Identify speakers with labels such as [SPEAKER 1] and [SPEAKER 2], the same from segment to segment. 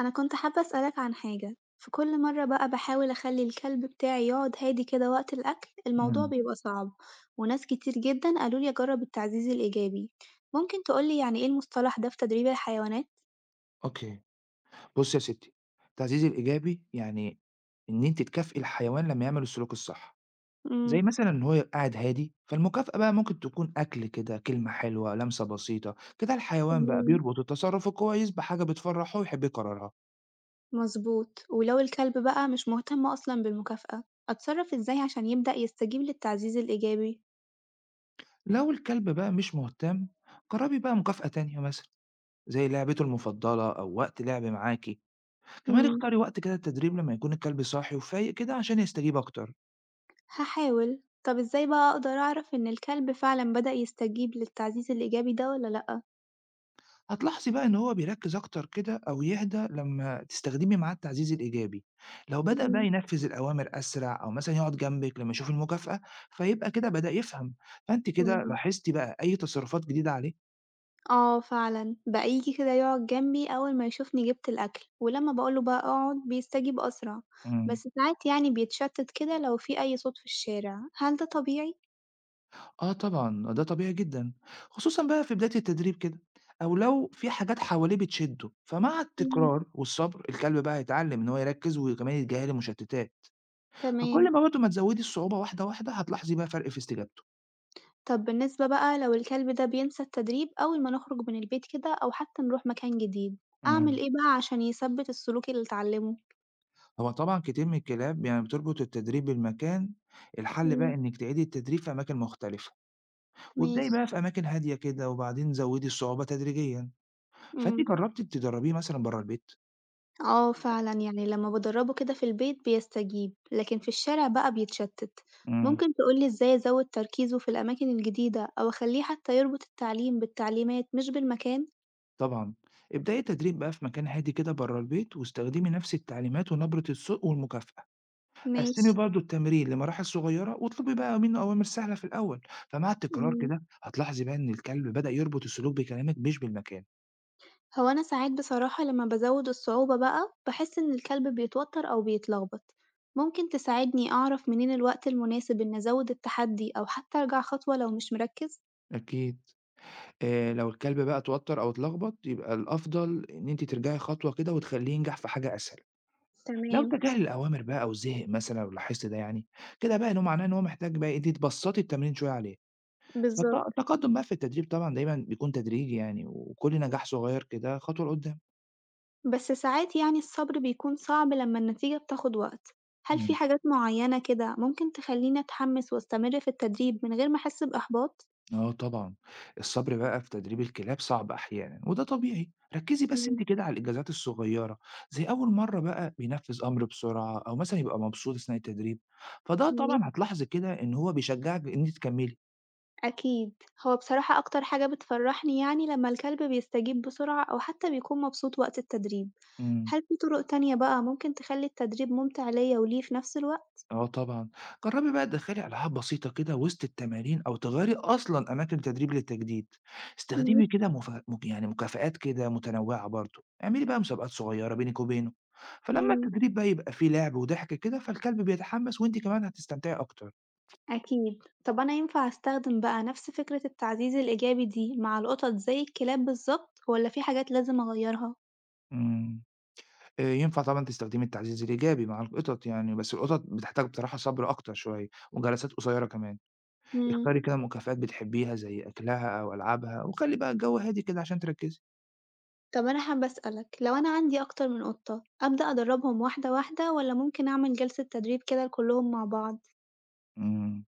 [SPEAKER 1] أنا كنت حابة أسألك عن حاجة، في كل مرة بقى باحاول أخلي الكلب بتاعي يقعد هادي كده وقت الأكل الموضوع
[SPEAKER 2] إمم،
[SPEAKER 1] بيبقى صعب، وناس كتير جدًا قالولي أجرب التعزيز الإيجابي، ممكن تقولي يعني إيه المصطلح ده في تدريب الحيوانات؟
[SPEAKER 2] أوكي. بُصّي يا ستّي، التعزيز الإيجابي يعني إن أنتِ تكافئي الحيوان لمّا يعمل السلوك الصح،
[SPEAKER 1] إمم،
[SPEAKER 2] زي مثلًا إن هو يبقى قاعد هادي، فالمكافأة بقى ممكن تكون أكل كده، كلمة حلوة، لمسة بسيطة، كده الحيوان بقى
[SPEAKER 1] تمام،
[SPEAKER 2] بيربط التصرُّف الكويس بحاجة بتفرّحه ويحب يكررها.
[SPEAKER 1] مظبوط، ولو الكلب بقى مش مهتم أصلًا بالمكافأة، أتصرف إزاي عشان يبدأ يستجيب للتعزيز الإيجابي؟
[SPEAKER 2] لو الكلب بقى مش مهتم، جرّبي بقى مكافأة تانية مثلًا، زي لعبته المفضلة أو وقت لعب معاكِ، كمان
[SPEAKER 1] إمم،
[SPEAKER 2] اختاري وقت كده التدريب لمّا يكون الكلب صاحي وفايق كده عشان يستجيب أكتر.
[SPEAKER 1] هاحاول، طب إزاي بقى أقدر أعرف إن الكلب فعلًا بدأ يستجيب للتعزيز الإيجابي ده والّا لأ؟
[SPEAKER 2] هتلاحظي بقى إن هو بيركّز أكتر كده أو يهدى لمّا تستخدمي معاه التعزيز الإيجابي، لو بدأ بقى
[SPEAKER 1] إمم،
[SPEAKER 2] ينفّذ الأوامر أسرع أو مثلًا يقعد جنبِك لمّا يشوف المكافأة، فيبقى كده بدأ يفهم، فأنتِ كده
[SPEAKER 1] تمام.
[SPEAKER 2] لاحظتِ بقى أي تصرفات جديدة عليه؟
[SPEAKER 1] آه فعلًا، بقى ييجي كده يقعد جنبي أول ما يشوفني جِبت الأكل، ولمّا باقول له بقى أقعد بيستجيب أسرع، بس
[SPEAKER 2] إمم،
[SPEAKER 1] ساعات يعني بيتشتت كده لو في أي صوت في الشارع، هل ده طبيعي؟
[SPEAKER 2] آه طبعًا، ده طبيعي جدًا، خصوصًا بقى في بداية التدريب كده أو لو في حاجات حواليه بتشدّه، فمع
[SPEAKER 1] إمم،
[SPEAKER 2] التكرار والصبر الكلب بقى هيتعلم إن هو يركّز وكمان يتجاهل المشتتات،
[SPEAKER 1] تمام.
[SPEAKER 2] فكل ما برضه ما تزوّدي الصعوبة واحدة، واحدة هتلاحظي بقى فرق في استجابته.
[SPEAKER 1] طب بالنسبة بقى لو الكلب ده بينسى التدريب أول ما نخرج من البيت كده أو حتى نروح مكان جديد، أعمل
[SPEAKER 2] إمم.
[SPEAKER 1] إيه بقى عشان يثبِّت السلوك اللي اتعلمه؟
[SPEAKER 2] هو طبعًا كتير من الكلاب يعني بتربط التدريب بالمكان، الحل بقى
[SPEAKER 1] إمم،
[SPEAKER 2] إنِّك تعيدي التدريب في أماكن مختلفة، وابدئي
[SPEAKER 1] ماشي،
[SPEAKER 2] بقى في أماكن هادية كده وبعدين زوّدي الصعوبة تدريجيًا، فأنتِ
[SPEAKER 1] إمم.
[SPEAKER 2] جرّبتِ تدرّبيه مثلًا برّه البيت؟
[SPEAKER 1] آه فعلًا، يعني لمّا باجرّبه كده في البيت بيستجيب، لكن في الشارع بقى بيتشتت.
[SPEAKER 2] إمم،
[SPEAKER 1] ممكن تقول لي إزاي أزوّد تركيزه في الأماكن الجديدة أو أخلّيه حتى يربط التعليم بالتعليمات مش بالمكان؟
[SPEAKER 2] طبعًا، ابدئي التدريب بقى في مكان هادي كده برّه البيت واستخدمي نفس التعليمات ونبرة الصوت والمكافأة،
[SPEAKER 1] ماشي،
[SPEAKER 2] قسّمي برضه التمرين لمراحل صغيّرة واطلبي بقى منه أوامر سهلة في الأول، فمع التكرار
[SPEAKER 1] إمم.
[SPEAKER 2] كده هتلاحظي بقى إن الكلب بدأ يربط السلوك بكلامِك مش بالمكان.
[SPEAKER 1] هو أنا ساعات بصراحة لمّا بازوّد الصعوبة بقى، باحس إن الكلب بيتوتر أو بيتلخبط. ممكن تساعدني أعرف منين الوقت المناسب إني أزوّد التحدي أو حتى أرجع خطوة لو مش مركّز؟
[SPEAKER 2] أكيد. لو الكلب بقى اتوتّر أو اتلخبط، يبقى الأفضل إن أنتِ ترجعي خطوة كده وتخلّيه ينجح في حاجة أسهل. لو
[SPEAKER 1] تمام،
[SPEAKER 2] تجاهل الأوامر بقى أو زهق مثلًا لو لاحظتِ ده يعني، كده بقى إن هو معناه إن هو محتاج بقى إيه، أنتِ تبسّطي التمرين شوية عليه. فالت
[SPEAKER 1] بالضبط.
[SPEAKER 2] التقدّم بقى في التدريب طبعًا دايمًا بيكون تدريجي يعني، وكل نجاح صغير كده خطوة لقدّام.
[SPEAKER 1] بس ساعات يعني الصبر بيكون صعب لما النتيجة بتاخد وقت، هل في
[SPEAKER 2] إمم.
[SPEAKER 1] حاجات معينة كده ممكن تخليني أتحمس وأستمر في التدريب من غير ما أحس بإحباط؟
[SPEAKER 2] آه طبعًا، الصبر بقى في تدريب الكلاب صعب أحيانًا وده طبيعي، ركّزي بس أنتِ
[SPEAKER 1] مم.
[SPEAKER 2] كده على الإنجازات الصغيّرة، زي أول مرّة بقى بينفّذ أمر بسرعة أو مثلًا يبقى مبسوط أثناء التدريب، فده
[SPEAKER 1] مم،
[SPEAKER 2] طبعًا هتلاحظي كده إن هو بيشجّعِك إن أنتِ تكمّلي.
[SPEAKER 1] أكيد هو بصراحة أكتر حاجة بتفرحني يعني لما الكلب بيستجيب بسرعة أو حتى بيكون مبسوط وقت التدريب،
[SPEAKER 2] إمم.
[SPEAKER 1] هل في طرق تانية بقى ممكن تخلي التدريب ممتع ليا وليه في نفس الوقت؟
[SPEAKER 2] آه طبعًا. جرّبي بقى تدخّلي ألعاب بسيطة كده وسط التمارين أو تغيّري أصلًا أماكن تدريب للتجديد.
[SPEAKER 1] مم.
[SPEAKER 2] استخدمي كده مف مك يعني مكافآت كده متنوّعة برضه، اعملي بقى مسابقات صغيّرة بينِك وبينه، فلمّا
[SPEAKER 1] مم،
[SPEAKER 2] التدريب بقى يبقى فيه لعب وضحك كده، فالكلب بيتحمّس وأنتِ كمان هتستمتعي أكتر.
[SPEAKER 1] أكيد طب أنا ينفع أستخدم بقى نفس فكرة التعزيز الإيجابي دي مع القطط زي الكلاب بالظبط ولا في حاجات لازم أغيرها؟
[SPEAKER 2] إمم. ينفع طبعًا تستخدمي التعزيز الإيجابي مع القطط يعني، بس القطط بتحتاج بصراحة صبر أكتر شوية وجلسات قصيّرة كمان.
[SPEAKER 1] إمم.
[SPEAKER 2] اختاري كده مكافآت بتحبّيها زي أكلها أو ألعابها وخلّي بقى الجو هادي كده عشان تركّزي.
[SPEAKER 1] طب أنا حابة أسألك، لو أنا عندي أكتر من قطة، أبدأ أدرّبهم واحدة، واحدة والّا ممكن أعمل جلسة تدريب كده لكلّهم مع بعض؟
[SPEAKER 2] إمم.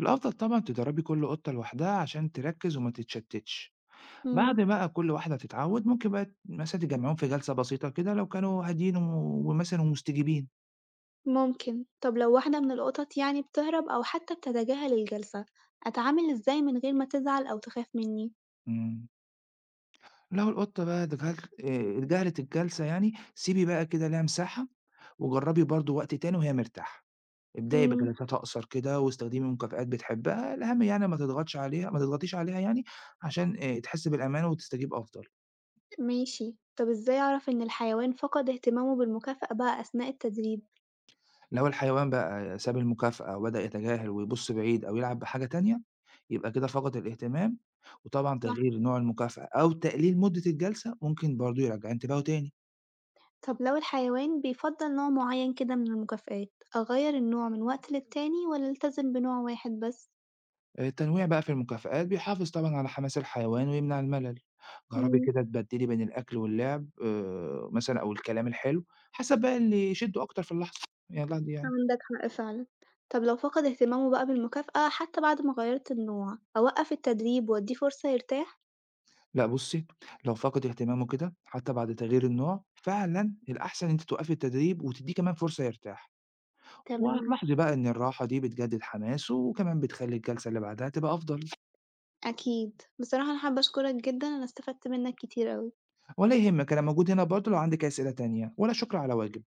[SPEAKER 2] الأفضل طبعًا تدرّبي كل قطة لوحدها عشان تركّز وما تتشتّتش،
[SPEAKER 1] إمم،
[SPEAKER 2] بعد بقى كل واحدة تتعوّد ممكن بقى مثلًا تجمّعيهم في جلسة بسيطة كده لو كانوا هاديين و ومثلًا ومستجيبين.
[SPEAKER 1] ممكن. طب لو واحدة من القطط يعني بتهرب أو حتى بتتجاهل الجلسة، أتعامل إزاي من غير ما تزعل أو تخاف منّي؟
[SPEAKER 2] إمم، لو القطة بقى دخلت اتجاهلت الجلسة يعني، سيبي بقى كده ليها مساحة وجرّبي برضه وقت تاني وهي مرتاحة، ابدئي
[SPEAKER 1] إمم،
[SPEAKER 2] بجلسات أقصر كده واستخدمي مكافآت بتحبّها، الأهم يعني ما تضغطيش عليها يعني عشان تحس بالأمان وتستجيب أفضل.
[SPEAKER 1] ماشي. طب إزاي أعرف إن الحيوان فقد اهتمامه بالمكافأة بقى أثناء التدريب؟
[SPEAKER 2] لو الحيوان بقى ساب المكافأة وبدأ يتجاهل ويبص بعيد أو يلعب بحاجة تانية يبقى كده فقد الاهتمام، وطبعا
[SPEAKER 1] صح.
[SPEAKER 2] تغيير نوع المكافأة أو تقليل مدة الجلسة ممكن برضه يرجع انتباهه تاني.
[SPEAKER 1] طب لو الحيوان بيفضّل نوع معيّن كده من المكافآت، أغيّر النوع من وقت للتاني والّا ألتزم بنوع واحد بس؟
[SPEAKER 2] التنويع بقى في المكافآت بيحافظ طبعا على حماس الحيوان ويمنع الملل. جربي
[SPEAKER 1] إمم.
[SPEAKER 2] كده تبدلي بين الأكل واللعب مثلا أو الكلام الحلو حسب بقى اللي يشده أكتر في اللحظة، يعني اللحظة دي يعني.
[SPEAKER 1] عندك حق فعلًا. طب لو فقد اهتمامه بقى بالمكافأة حتى بعد ما غيّرت النوع، أوقّف التدريب وأدّيه فرصة يرتاح؟
[SPEAKER 2] لا، بصي، لو فقد اهتمامه كده حتى بعد تغيير النوع فعلا الأحسن أنت توقفي التدريب وتديه كمان فرصة يرتاح،
[SPEAKER 1] تمام،
[SPEAKER 2] وهتلاحظي بقى إن الراحة دي بتجدد حماسه وكمان بتخلّي الجلسة اللي بعدها تبقى أفضل.
[SPEAKER 1] أكيد. بصراحة أنا حابة أشكرك جدًا، أنا استفدت منّك كتير أوي.
[SPEAKER 2] ولا يهمك، أنا موجود هنا برضه لو عندِك أي أسئلة تانية، ولا شكر على واجب.